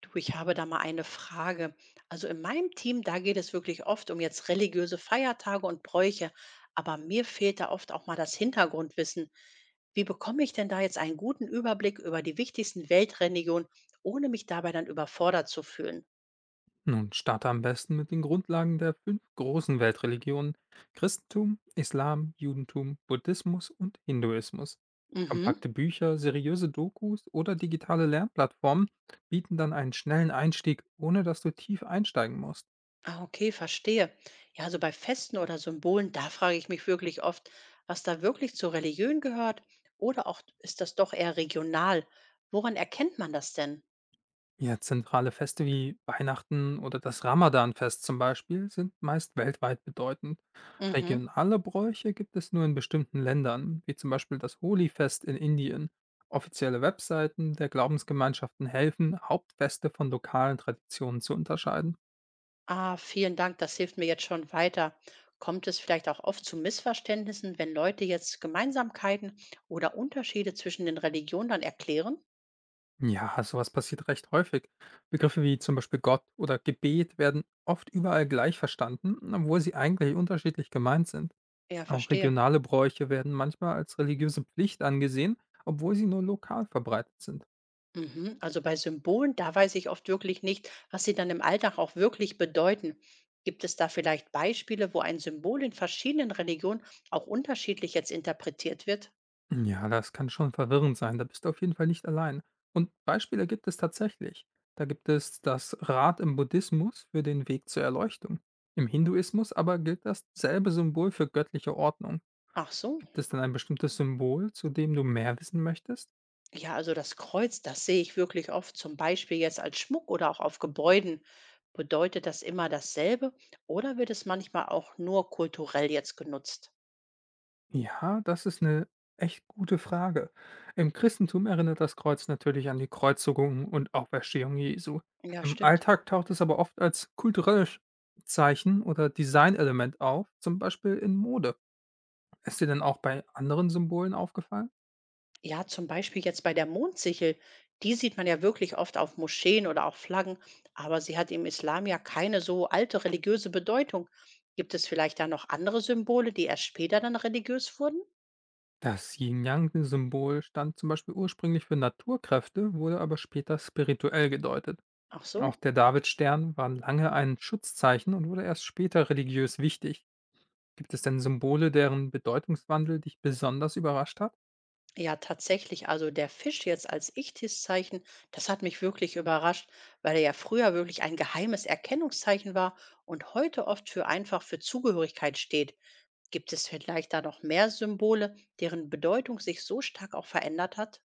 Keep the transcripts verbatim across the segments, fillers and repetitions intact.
Du, ich habe da mal eine Frage. Also in meinem Team, da geht es wirklich oft um jetzt religiöse Feiertage und Bräuche, aber mir fehlt da oft auch mal das Hintergrundwissen. Wie bekomme ich denn da jetzt einen guten Überblick über die wichtigsten Weltreligionen, ohne mich dabei dann überfordert zu fühlen? Nun starte am besten mit den Grundlagen der fünf großen Weltreligionen Christentum, Islam, Judentum, Buddhismus und Hinduismus. Mhm. Kompakte Bücher, seriöse Dokus oder digitale Lernplattformen bieten dann einen schnellen Einstieg, ohne dass du tief einsteigen musst. Ah, okay, verstehe. Ja, also bei Festen oder Symbolen, da frage ich mich wirklich oft, was da wirklich zur Religion gehört oder auch ist das doch eher regional? Woran erkennt man das denn? Ja, zentrale Feste wie Weihnachten oder das Ramadanfest zum Beispiel sind meist weltweit bedeutend. Mhm. Regionale Bräuche gibt es nur in bestimmten Ländern, wie zum Beispiel das Holi-Fest in Indien. Offizielle Webseiten der Glaubensgemeinschaften helfen, Hauptfeste von lokalen Traditionen zu unterscheiden. Ah, vielen Dank, das hilft mir jetzt schon weiter. Kommt es vielleicht auch oft zu Missverständnissen, wenn Leute jetzt Gemeinsamkeiten oder Unterschiede zwischen den Religionen dann erklären? Ja, sowas passiert recht häufig. Begriffe wie zum Beispiel Gott oder Gebet werden oft überall gleich verstanden, obwohl sie eigentlich unterschiedlich gemeint sind. Ja, Auch verstehe. regionale Bräuche werden manchmal als religiöse Pflicht angesehen, obwohl sie nur lokal verbreitet sind. Mhm. Also bei Symbolen, da weiß ich oft wirklich nicht, was sie dann im Alltag auch wirklich bedeuten. Gibt es da vielleicht Beispiele, wo ein Symbol in verschiedenen Religionen auch unterschiedlich jetzt interpretiert wird? Ja, das kann schon verwirrend sein, da bist du auf jeden Fall nicht allein. Und Beispiele gibt es tatsächlich. Da gibt es das Rad im Buddhismus für den Weg zur Erleuchtung. Im Hinduismus aber gilt dasselbe Symbol für göttliche Ordnung. Ach so. Gibt es denn ein bestimmtes Symbol, zu dem du mehr wissen möchtest? Ja, also das Kreuz, das sehe ich wirklich oft, zum Beispiel jetzt als Schmuck oder auch auf Gebäuden. Bedeutet das immer dasselbe oder wird es manchmal auch nur kulturell jetzt genutzt? Ja, das ist eine echt gute Frage. Im Christentum erinnert das Kreuz natürlich an die Kreuzigung und Auferstehung Jesu. Ja, Im stimmt. Alltag taucht es aber oft als kulturelles Zeichen oder Designelement auf, zum Beispiel in Mode. Ist dir denn auch bei anderen Symbolen aufgefallen? Ja, zum Beispiel jetzt bei der Mondsichel. Die sieht man ja wirklich oft auf Moscheen oder auch Flaggen, aber sie hat im Islam ja keine so alte religiöse Bedeutung. Gibt es vielleicht da noch andere Symbole, die erst später dann religiös wurden? Das Yin-Yang-Symbol stand zum Beispiel ursprünglich für Naturkräfte, wurde aber später spirituell gedeutet. Ach Auch so. der Davidstern war lange ein Schutzzeichen und wurde erst später religiös wichtig. Gibt es denn Symbole, deren Bedeutungswandel dich besonders überrascht hat? Ja, tatsächlich. Also der Fisch jetzt als Ichthys-Zeichen, das hat mich wirklich überrascht, weil er ja früher wirklich ein geheimes Erkennungszeichen war und heute oft für einfach für Zugehörigkeit steht. Gibt es vielleicht da noch mehr Symbole, deren Bedeutung sich so stark auch verändert hat?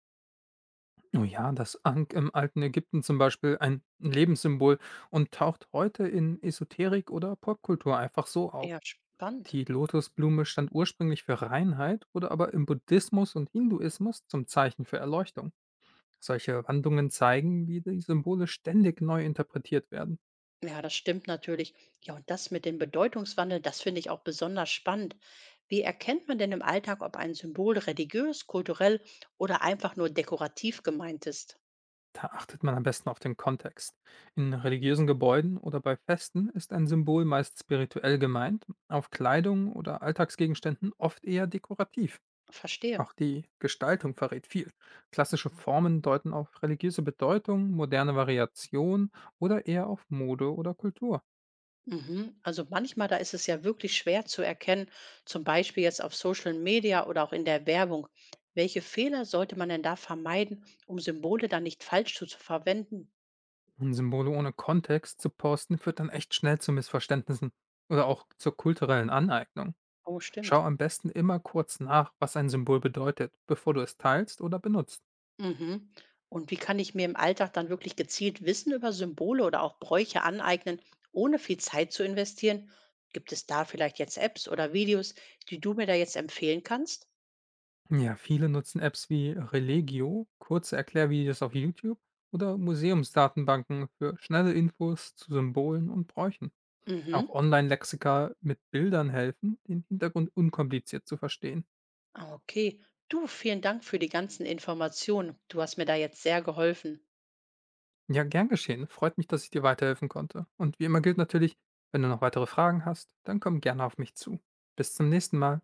Oh ja, das Ankh im alten Ägypten zum Beispiel, ein Lebenssymbol und taucht heute in Esoterik oder Popkultur einfach so auf. Ja, spannend. Die Lotusblume stand ursprünglich für Reinheit, wurde aber im Buddhismus und Hinduismus zum Zeichen für Erleuchtung. Solche Wandlungen zeigen, wie die Symbole ständig neu interpretiert werden. Ja, das stimmt natürlich. Ja, und das mit dem Bedeutungswandel, das finde ich auch besonders spannend. Wie erkennt man denn im Alltag, ob ein Symbol religiös, kulturell oder einfach nur dekorativ gemeint ist? Da achtet man am besten auf den Kontext. In religiösen Gebäuden oder bei Festen ist ein Symbol meist spirituell gemeint, auf Kleidung oder Alltagsgegenständen oft eher dekorativ. Verstehe. Auch die Gestaltung verrät viel. Klassische Formen deuten auf religiöse Bedeutung, moderne Variation oder eher auf Mode oder Kultur. Mhm. Also manchmal, da ist es ja wirklich schwer zu erkennen, zum Beispiel jetzt auf Social Media oder auch in der Werbung. Welche Fehler sollte man denn da vermeiden, um Symbole dann nicht falsch zu, zu verwenden? Und Symbole ohne Kontext zu posten führt dann echt schnell zu Missverständnissen oder auch zur kulturellen Aneignung. Oh, Schau stimmt. am besten immer kurz nach, was ein Symbol bedeutet, bevor du es teilst oder benutzt. Mhm. Und wie kann ich mir im Alltag dann wirklich gezielt Wissen über Symbole oder auch Bräuche aneignen, ohne viel Zeit zu investieren? Gibt es da vielleicht jetzt Apps oder Videos, die du mir da jetzt empfehlen kannst? Ja, viele nutzen Apps wie Religio, kurze Erklärvideos auf YouTube oder Museumsdatenbanken für schnelle Infos zu Symbolen und Bräuchen. Auch Mhm. Online-Lexika mit Bildern helfen, den Hintergrund unkompliziert zu verstehen. Ah, okay. Du, vielen Dank für die ganzen Informationen. Du hast mir da jetzt sehr geholfen. Ja, gern geschehen. Freut mich, dass ich dir weiterhelfen konnte. Und wie immer gilt natürlich, wenn du noch weitere Fragen hast, dann komm gerne auf mich zu. Bis zum nächsten Mal.